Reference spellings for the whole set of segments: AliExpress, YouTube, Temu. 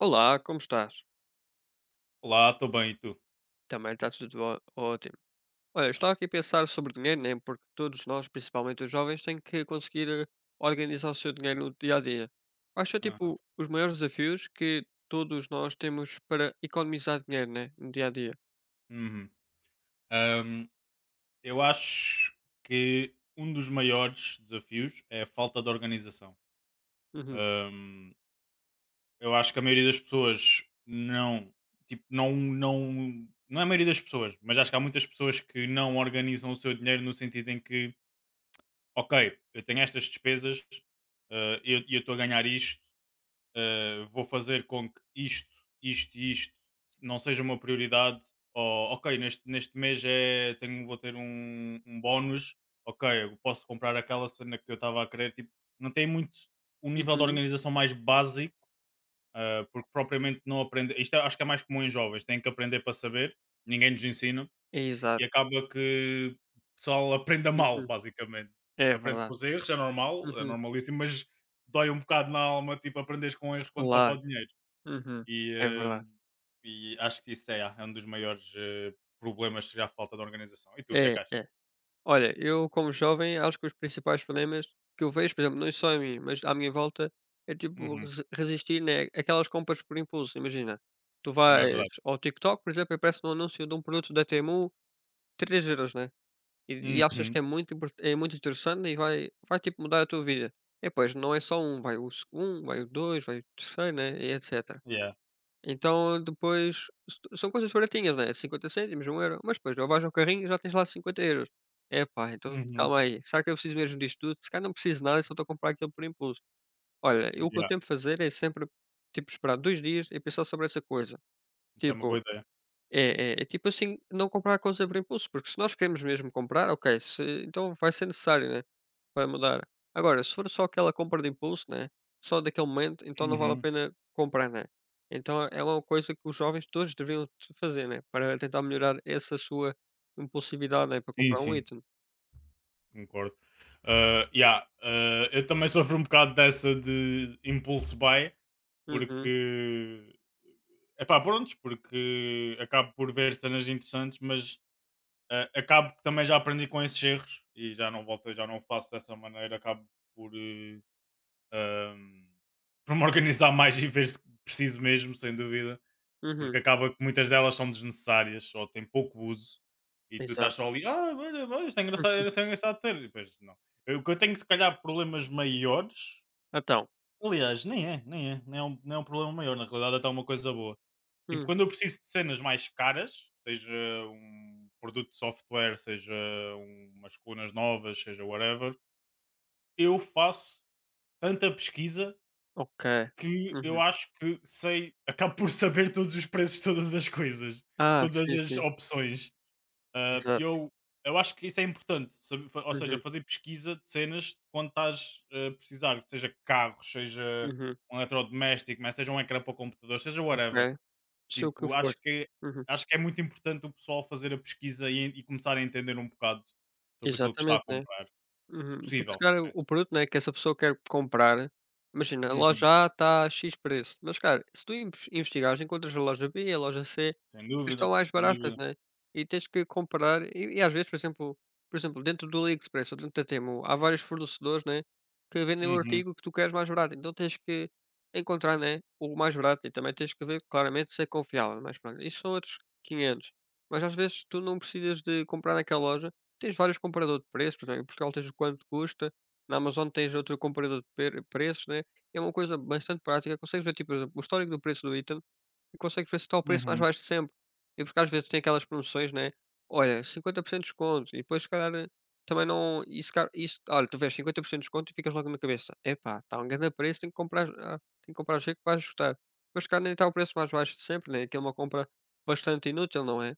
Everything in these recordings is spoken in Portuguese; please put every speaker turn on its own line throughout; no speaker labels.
Olá, como estás?
Olá, estou bem, e tu?
Também está tudo ótimo. Olha,
Tá
estava
bem.
aqui a pensar sobre dinheiro, né? Porque todos nós, principalmente os jovens, têm que conseguir organizar o seu dinheiro no dia a dia. Quais são,
Aham.
tipo, os maiores desafios que todos nós temos para economizar dinheiro, né? No dia a dia?
Uhum. Ahm, eu acho que um dos maiores desafios é a falta de organização.
Uhum.
Ahm, eu acho que a maioria das pessoas não, tipo, não é a maioria das pessoas, mas acho que há muitas pessoas que não organizam o seu dinheiro no sentido em que, ok, eu tenho estas despesas, ah, eu estou a ganhar isto, vou fazer com que isto e isto não seja uma prioridade. Ou, ok, neste mês é, tenho, vou ter um bónus, ok, eu posso comprar aquela cena que eu estava a querer. Tipo, não tem muito um nível de
Uhum.
organização mais básico, porque propriamente não aprende. Acho que é mais comum em jovens, têm que aprender para saber, ninguém nos ensina
É,
e
exato.
acaba que o pessoal aprenda mal,
Uhum.
basicamente.
É
Aprende com
verdade.
os erros, é normal, é
Uhum.
normalíssimo, mas dói um bocado na alma, tipo, aprenderes com erros quando toca o
Claro.
dinheiro.
Uhum.
E,
É verdade.
hum, e acho que isso é um dos maiores problemas, seja a falta de organização. E tu, o que é
É,
que achas?
é. Olha, eu como jovem acho que os principais problemas que eu vejo, por exemplo, não só em mim, mas à minha volta, é tipo
Uhum.
resistir, né, aquelas compras por impulso, imagina. Tu
Também é
vais
verdade.
ao TikTok, por exemplo, e aparece um anúncio de um produto da Temu, 3 euros, né, e achas que
Uhum.
é muito impor é muito interessante e vai tipo mudar a tua vida. E pois, não é só um, vai o segundo, vai o 2, vai o terceiro, né, e etcétera.
Yeah.
Então depois s são coisas baratinhas, né, 50 cêntimos, um euro. Mas depois ou vais ao carrinho e já tens lá 50 euros. É, epá, então
Uhum.
calma aí, será que eu preciso mesmo disto tudo? Se calhar não preciso de nada e só estou a comprar aquilo por impulso. Olha, eu o que eu
Yeah.
tento fazer é sempre, tipo, esperar 2 dias e pensar sobre essa coisa.
Isso é uma boa
Tipo,
ideia.
é tipo assim, não comprar a coisa por impulso, porque se nós queremos mesmo comprar, ok, se então vai ser necessário, né? Vai mudar. Agora, se for só aquela compra de impulso, né, só daquele momento, então não vale a
Uhum.
pena comprar, né. Então é uma coisa que os jovens todos deveriam t fazer, né, para tentar melhorar essa sua impulsividade, né, para
Sim,
comprar um
sim,
item.
concordo. Ah, yeah, ah, eu também sofro um bocado dessa de impulse buy,
Uhum,
porque é pá, prontos, porque acabo por ver cenas interessantes, mas ah, acabo que também já aprendi com esses erros e já não volto, já não faço dessa maneira, acabo por, ahm, por me organizar mais e ver se preciso mesmo, sem dúvida, porque
uhum,
acaba que muitas delas são desnecessárias ou têm pouco uso e tu estás só
exato.
ali, ah, olha, olha, isto é engraçado,
Hum,
era só engraçado ter. E depois, não. O que eu tenho, se calhar, problemas maiores,
então,
aliás, nem é um problema maior, na realidade, é até é uma coisa boa. Tipo,
hum,
quando eu preciso de cenas mais caras, seja um produto de software, seja umas colunas novas, seja whatever, eu faço tanta pesquisa
ok.
que
Uhum.
eu acho que sei acabo por saber todos os preços de todas as coisas,
Ah,
todas
sim,
as
sim,
opções. Ah,
exato.
eu acho que isso é importante, sabe fa ou seja,
Uhum,
fazer pesquisa de cenas quando estás a precisar, seja carros, seja
uhum,
um eletrodoméstico, mas seja um ecrã para o computador, seja whatever.
ok, seja o que
Tipo, acho
for.
que
Uhum,
acho que é muito importante o pessoal fazer a pesquisa e começar a entender um bocado sobre aquilo que está
exatamente,
a
né.
comprar, se
Uhum. Porque se
possível,
calhar
né, se
o produto,
possível.
né, que essa pessoa quer comprar, imagina, a
Uhum,
loja A está a X preço, mas cara, se tu investigares, encontras a loja B e a loja C
sem
que estão
dúvida,
mais
sem
baratas,
dúvida.
né, e tens que comparar e às vezes, por exemplo dentro do AliExpress ou dentro da Temu, há vários fornecedores, né, que vendem o
Uhum,
artigo que tu queres mais barato, então tens que encontrar, né, o mais barato e também tens que ver claramente se é confiável, mas pronto, isso são outros 500. Mas às vezes tu não precisas de comprar naquela loja. Tens vários comparador de preços, né, em Portugal tens o quanto custa, na Amazon tens outro comparador de preços, né, é uma coisa bastante prática, consegues ver, tipo, por exemplo, o histórico do preço do item e consegues ver se está o preço mais
uhum.
baixo de sempre. E porque às vezes tem aquelas promoções, né, olha, 50% de desconto e depois se calhar, também não isso se isso olha, tu vês 50% de desconto e ficas logo na cabeça: "Epá, está um grande preço, tenho que comprar já, tenho que comprar já que vai esgotar". Mas se calhar nem está o preço mais baixo de sempre, né, que é uma compra bastante inútil, não é?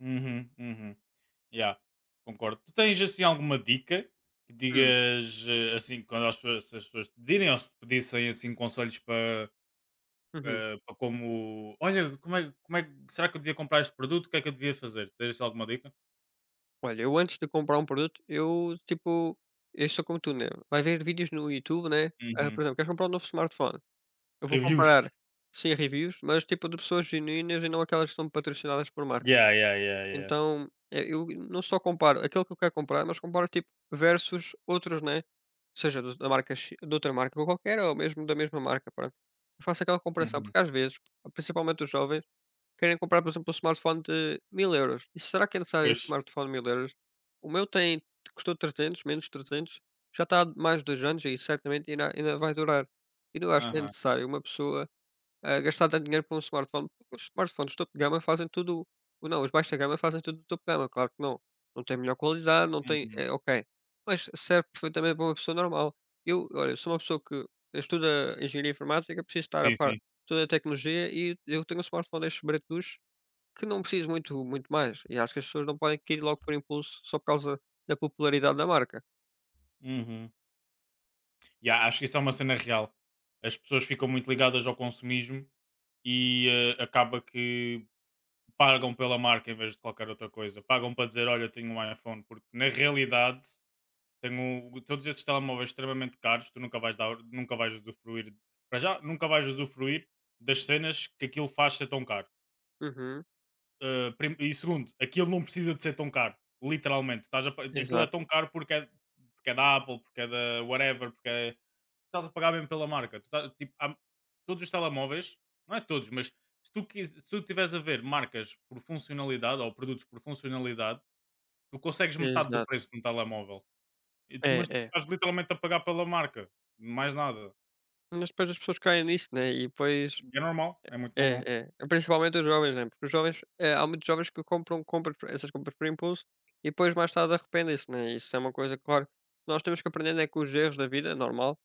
Uhum, uhum. Yeah, concordo. Tu tens assim alguma dica que
Hum,
digas assim quando as pessoas, se as pessoas te pedirem ou se te pedissem assim conselhos para,
uhum.
para como olha, como é que será que eu devia comprar este produto? O que é que eu devia fazer? Tens assim, alguma dica?
Olha, eu antes de comprar um produto, eu tipo, eu sou como tu, né? Vai ver vídeos no YouTube, né? Ah, por
Uhum.
exemplo, queres comprar um novo smartphone? Eu vou
Reviews.
comprar sem reviews, mas tipo de pessoas genuínas e não aquelas que são patrocinadas por marca.
Yeah, yeah, yeah, yeah.
Então, eu não só comparo aquilo que eu quero comprar, mas comparo tipo versus outros, né? Seja da marca, de outra marca qualquer ou mesmo da mesma marca, pronto. Eu faço aquela comparação,
Uhum.
porque às vezes, principalmente os jovens, querem comprar, por exemplo, um smartphone de 1.000€. E será que é necessário esse
Pois.
smartphone de 1.000 euros? O meu tem custou 300, menos 300, já está há mais de 2 anos e certamente ainda vai durar. E não acho nem
Aham.
necessário uma pessoa, gastar tanto dinheiro para um smartphone, porque os smartphones topo de gama fazem tudo ou não, os baixos baixa gama fazem tudo do topo de gama, claro que não. Não tem melhor qualidade, não tem
Uhum.
é ok, mas serve perfeitamente para uma pessoa normal. Eu, olha, sou uma pessoa que estuda engenharia informática, preciso estar a
Sim,
par de
sim.
toda a tecnologia e eu tenho um smartphone destes bretos que não precise muito muito mais, e acho que as pessoas não podem cair logo por impulso só por causa da popularidade da marca.
Uhum. Yeah, acho que isso é uma cena real. As pessoas ficam muito ligadas ao consumismo e acaba que pagam pela marca em vez de qualquer outra coisa. Pagam para dizer, olha, eu tenho um iPhone, porque na realidade tenho todos esses telemóveis extremamente caros, tu nunca vais dar, nunca vais usufruir, para já nunca vais usufruir das cenas que aquilo faz ser tão caro.
Uhum,
E segundo, aquilo não precisa de ser tão caro, literalmente. Aquilo é
exato,
tão caro porque é da Apple, porque é da whatever, porque é estás a pagar mesmo pela marca. Tipo, todos os telemóveis, não é todos, mas se tu tiveres a ver marcas por funcionalidade ou produtos por funcionalidade, tu consegues metade do
exato.
preço de um telemóvel.
É,
Mas tu
é.
estás literalmente a pagar pela marca, mais nada.
Mas depois as pessoas caem nisso, né, e depois
É normal, é muito normal.
é, é. Principalmente os jovens, né, porque os jovens, há muitos jovens que essas compras por impulso e depois mais tarde arrependem-se, né, isso é uma coisa claro, nós temos que aprender, né, com os erros da vida, é normal.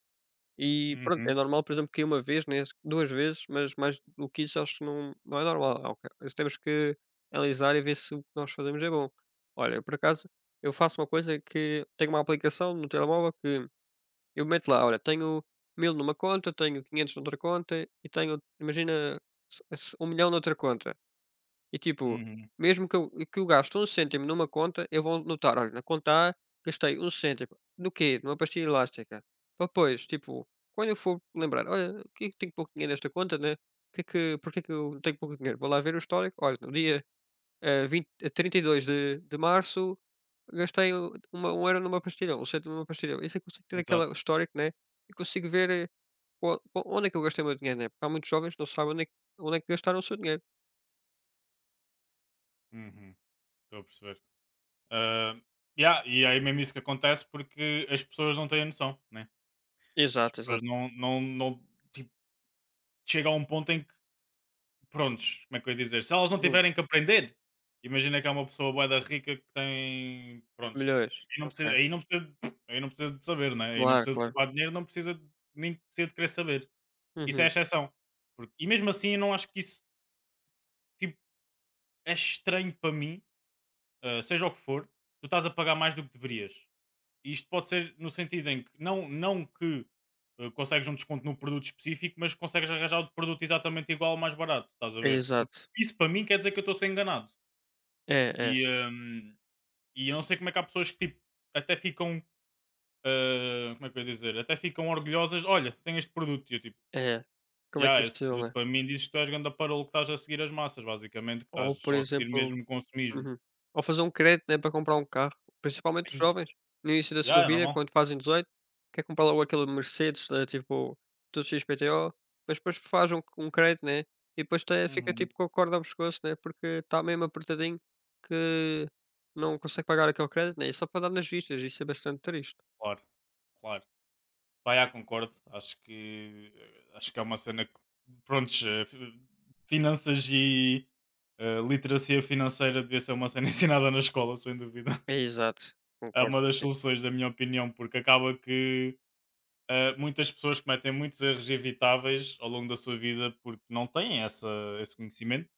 E pronto, é
Uhum,
normal, por exemplo, cair uma vez, né, 2 vezes, mas mais do que isso acho que não é normal. Ah, ok, isso temos que analisar e ver se o que nós fazemos é bom. Olha, por acaso, eu faço uma coisa que tenho uma aplicação no telemóvel que eu meto lá, olha, tenho 1000 numa conta, tenho 500 noutra conta e tenho, imagina, se se 1.000.000 noutra conta. E tipo,
uhum,
mesmo que eu gaste um cêntimo numa conta, eu vou notar: "Olha, na conta A gastei um cêntimo". No quê? Numa pastilha elástica. Para depois, tipo, quando eu for lembrar: "Olha, o que é que tenho pouco dinheiro nesta conta, né? Que porque é que eu tenho pouco dinheiro?". Vou lá ver o histórico: "Olha, no dia, vinte, 32 de março gastei o- uma um euro numa pastilha, um cêntimo numa pastilha". Isso eu consigo ter aquela
exato.
histórico, né, e consigo ver, o onde é que eu gastei o meu dinheiro, né, porque há muitos jovens que não sabem onde é que gastaram o seu dinheiro.
Uhum. Estou a perceber. Ah, yeah, e aí mesmo isso que acontece porque as pessoas não têm a noção, né? As
Exato,
pessoas
exato.
não tipo, chega a um ponto em que prontos, como é que eu ia dizer? Se elas não
Uhum.
tiverem que aprender, imagina que há uma pessoa bué da rica que tem, prontos,
Milhões,
aí não precisa,
ok.
aí não precisa, aí não precisa de saber, né? Aí não
Claro,
precisa de
claro.
poupar dinheiro, não precisa, nem precisa de querer saber. Isso é a
Uhum.
exceção. E mesmo assim, eu não acho que isso tipo, é estranho para mim, ah, seja o que for, tu estás a pagar mais do que deverias. E isto pode ser no sentido em que não que ah, consegues um desconto no produto específico, mas consegues arranjar outro produto exatamente igual, mais barato, estás a ver? Porque
Exato.
isso para mim quer dizer que eu estou a ser enganado.
É, é,
E, hum, e eu não sei como é que há pessoas que tipo, até ficam, ah, como é que eu ia dizer, até ficam orgulhosas, olha, tenho este produto, e eu tipo,
é. Como é que
já,
é
esse
possível,
produto
né?
para mim dizes que tu és grande parolo que estás a seguir as massas, basicamente, que estás
Ou, por
só a seguir
exemplo.
mesmo o consumismo.
Uhum. Ou fazer um crédito, né, para comprar um carro, principalmente os
Aí.
jovens, no início da
Já,
sua
é
vida,
normal.
quando fazem 18, quer comprar logo aquele Mercedes, né, tipo, tudo XPTO, mas depois faz um crédito, né, e depois até fica,
Uhum,
tipo, com a corda ao pescoço, né, porque está mesmo apertadinho que não consegue pagar aquele crédito, né, e só para dar nas vistas, isso é bastante triste.
claro, claro. Vai, ah, concordo. Acho que, ah, acho que é uma cena que, prontos, finanças e literacia financeira devia ser uma cena ensinada na escola, sem dúvida.
É, exato,
É
concordo
uma das
contigo.
soluções, da minha opinião, porque acaba que ah, muitas pessoas cometem muitos erros evitáveis ao longo da sua vida porque não têm essa, esse conhecimento.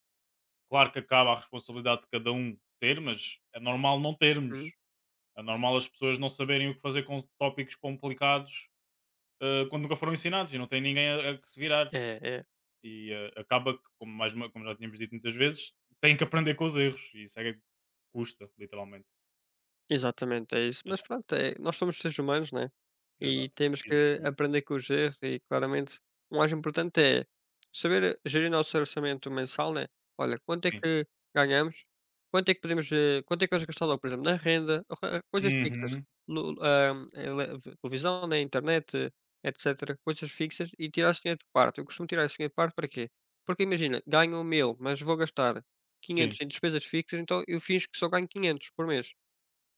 Claro que acaba a responsabilidade de cada um ter, mas é normal não termos.
Uhum.
É normal as pessoas não saberem o que fazer com tópicos complicados ah, quando nunca foram ensinados e não tem ninguém a que se virar.
É, é.
E ah, acaba que, como, mais, como já tínhamos dito muitas vezes, têm que aprender com os erros e isso é que custa, literalmente.
Exatamente, é isso.
Yeah,
Mas pronto, é, nós somos seres humanos, né? E
exato.
temos
Visualizo
que
isso.
aprender com os erros e claramente o mais importante é saber gerir nosso orçamento mensal, né? Olha, quanto é
Sim.
que ganhamos, quanto é que podemos, quanto é que vamos gastar logo, por exemplo, na renda, coisas fixas,
Uhum.
televisão, né? Internet, etc. Coisas fixas e tirar esse dinheiro de parte. Eu costumo tirar esse dinheiro de parte para quê? Porque imagina, ganho um mil, mas vou gastar
Sim.
500 em despesas fixas, então eu finjo que só ganho 500 por mês.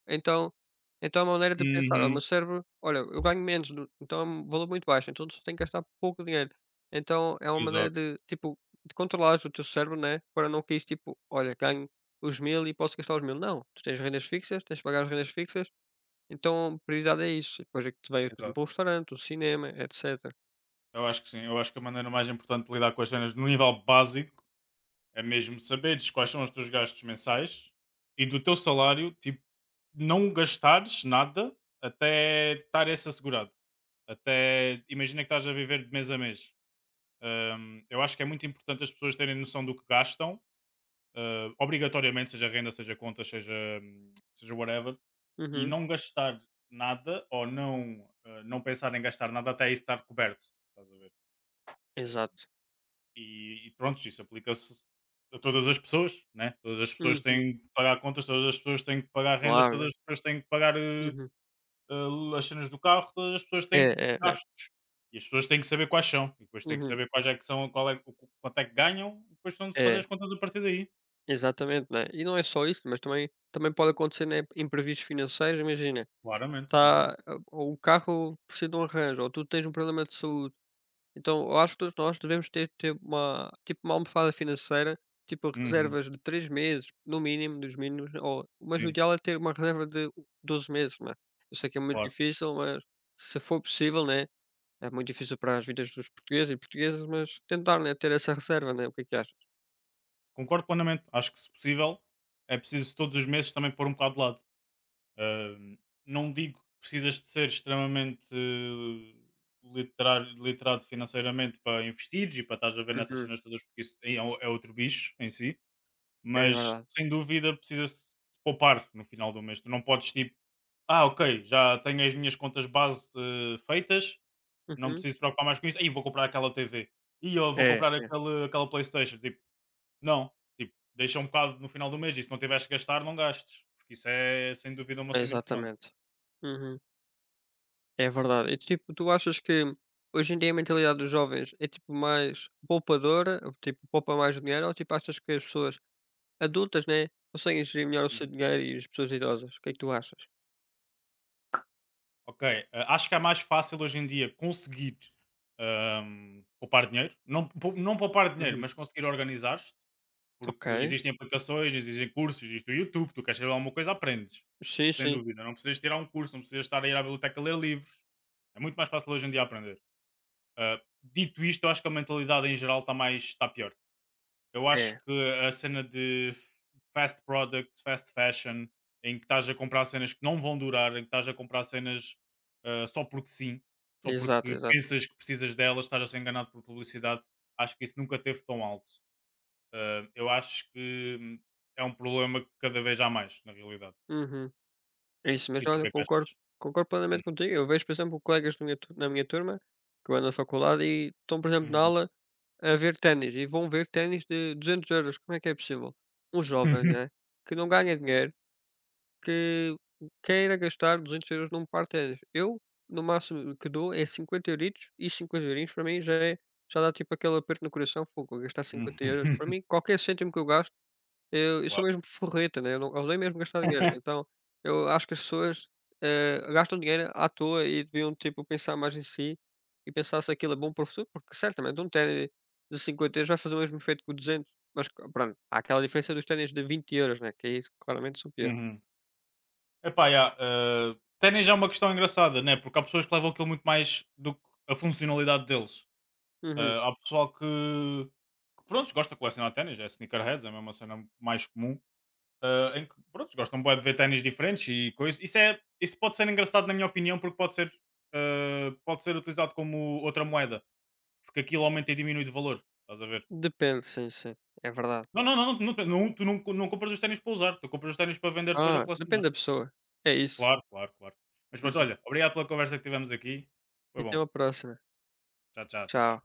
Então então é uma maneira de pensar: "Olha, o meu
Uhum.
cérebro olha, eu ganho menos do então é um valor muito baixo, então só tenho que gastar pouco dinheiro". Então é uma maneira
Exato,
de, tipo, de controlares o teu cérebro, né, para não que isso tipo: "Olha, ganho os 1000 e posso gastar os mil. Não, tu tens rendas fixas, tens de pagar as rendas fixas, então a prioridade é isso. Depois é que te vai, por
exato.
exemplo, o restaurante, o cinema, etcétera".
Eu acho que sim. Eu acho que a maneira mais importante de lidar com as cenas no nível básico é mesmo saberes quais são os teus gastos mensais e do teu salário, tipo, não gastares nada até estar esse assegurado. Até imagina que estás a viver de mês a mês. Eu acho que é muito importante as pessoas terem noção do que gastam, obrigatoriamente, seja renda, seja contas, seja, seja whatever e
Uhum,
não gastar nada ou não, não pensar em gastar nada até isso estar coberto. Estás a ver? Eh,
exato.
e pronto, isso aplica-se a todas as pessoas, né? Todas as pessoas
Uhum,
têm que pagar contas, todas as pessoas têm que pagar rendas,
claro, né.
todas as pessoas têm que pagar
Uhum.
as cenas do carro, todas as pessoas
É,
têm
é, é.
gastos. E as pessoas têm que saber quais são, e depois têm que
Uhum.
saber quais é que são, qual é, quanto é que ganham, e depois estão de fazer
É.
as contas a partir daí.
Exatamente, né. E não é só isso, mas também pode acontecer, né, imprevistos financeiros, imagina,
Claramente. Uhum.
tá, ou o carro precisa de um arranjo, ou tu tens um problema de saúde, então eu acho que todos nós devemos ter uma tipo uma almofada financeira, tipo
Uhum.
reservas de 3 meses, no mínimo dos mínimos, ou mas o
Sim,
ideal é ter uma reserva de 12 meses, né. Eu sei que é muito
claro.
difícil, mas se for possível, né, é muito difícil para as vidas dos portugueses e portuguesas, mas tentar, né, ter essa reserva, né, o que é que achas?
Concordo plenamente. Acho que, se possível, é preciso todos os meses também pôr um bocado de lado. Ahm, não digo que precisas de ser extremamente literado financeiramente para investir e para estás a ver nessas
Uhum,
cenas todas, porque isso é outro bicho em si.
é
Mas,
verdade.
sem dúvida, precisa-se de poupar no final do mês. Tu não podes, tipo, ah, ok, já tenho as minhas contas base feitas, não
Uhum.
preciso preocupar mais com isso. Aí vou comprar aquela TV. E eu vou
É,
comprar
é.
aquele, aquela PlayStation. Tipo, não, tipo, deixa um bocado no final do mês e se não tiveres que gastar, não gastes, porque isso é sem dúvida uma cena importante.
Exatamente. Uhum. É verdade. E tipo, tu achas que hoje em dia a mentalidade dos jovens é tipo mais poupadora, ou, tipo, poupa mais o dinheiro, ou tipo, achas que as pessoas adultas, né, conseguem gerir melhor o seu
Hum.
dinheiro e as pessoas idosas? O que é que tu achas?
Ok, acho que é mais fácil hoje em dia conseguir poupar dinheiro, não, não poupar dinheiro,
Uhum.
mas conseguir organizar-te, porque
Ok.
existem aplicações, existem cursos, existe o YouTube, tu queres saber alguma coisa, aprendes,
Sim,
sem
sim.
dúvida. Não precisas tirar um curso, não precisas estar a ir à biblioteca a ler livros, é muito mais fácil hoje em dia aprender. Ah, dito isto, eu acho que a mentalidade em geral está mais, está pior. Eu acho
É,
que a cena de fast products, fast fashion, em que estás a comprar cenas que não vão durar, em que estás a comprar cenas ah, só porque sim, só
exato,
porque
exato.
pensas que precisas delas, estás a ser enganado por publicidade, acho que isso nunca teve tão alto. Ah, eu acho que é um problema que cada vez há mais, na realidade.
Uhum. É isso, mas
E tu o
olha,
que é que
concordo,
achas?
concordo plenamente contigo. Eu vejo, por exemplo, colegas da minha na minha turma que eu ando na faculdade e estão, por exemplo, na
Uhum.
aula a ver ténis e vão ver ténis de 200 euros. Como é que é possível? Um jovem,
Uhum.
não é, que não ganha dinheiro, que queira gastar 200 euros num par de ténis. Eu, no máximo que dou é 50€ e 50€ para mim já dá tipo aquele aperto no coração, fogo, gastar euros para mim qualquer cêntimo que eu gasto, eu sou
Claro.
mesmo forreta, né, eu não eu odeio mesmo gastar dinheiro, então eu acho que as pessoas, gastam dinheiro à toa e deviam, tipo, pensar mais em si e pensar se aquilo é bom para o futuro, porque certamente um ténis de 50 euros vai fazer o mesmo efeito que o 200, mas pronto, há aquela diferença dos ténis de 20 euros, né, que aí claramente são piores.
Uhum. Epá, yeah, ah, ténis é uma questão engraçada, né? Porque há pessoas que levam aquilo muito mais do que a funcionalidade deles.
Uhum.
Ah, há pessoal que prontos, gosta de colecionar ténis, é sneakerheads, é mesmo a cena mais comum, ah, em que prontos, gostam bué de ver ténis diferentes e coisas. Isso, é, isso pode ser engraçado na minha opinião, porque pode ser, ah, pode ser utilizado como outra moeda, porque aquilo aumenta e diminui de valor, estás a ver?
Depende, sim, sim, é verdade.
Não, não, não, não, não, tu não compras os ténis para usar, tu compras os ténis para vender depois ao
Ah, depende
colecionar.
da pessoa, é isso.
Claro, claro, claro. Mas
Uhum.
olha, obrigado pela conversa que tivemos aqui.
E
Foi
até
bom.
uma próxima.
Tchau, tchau, tchau, tchau.
Tchau.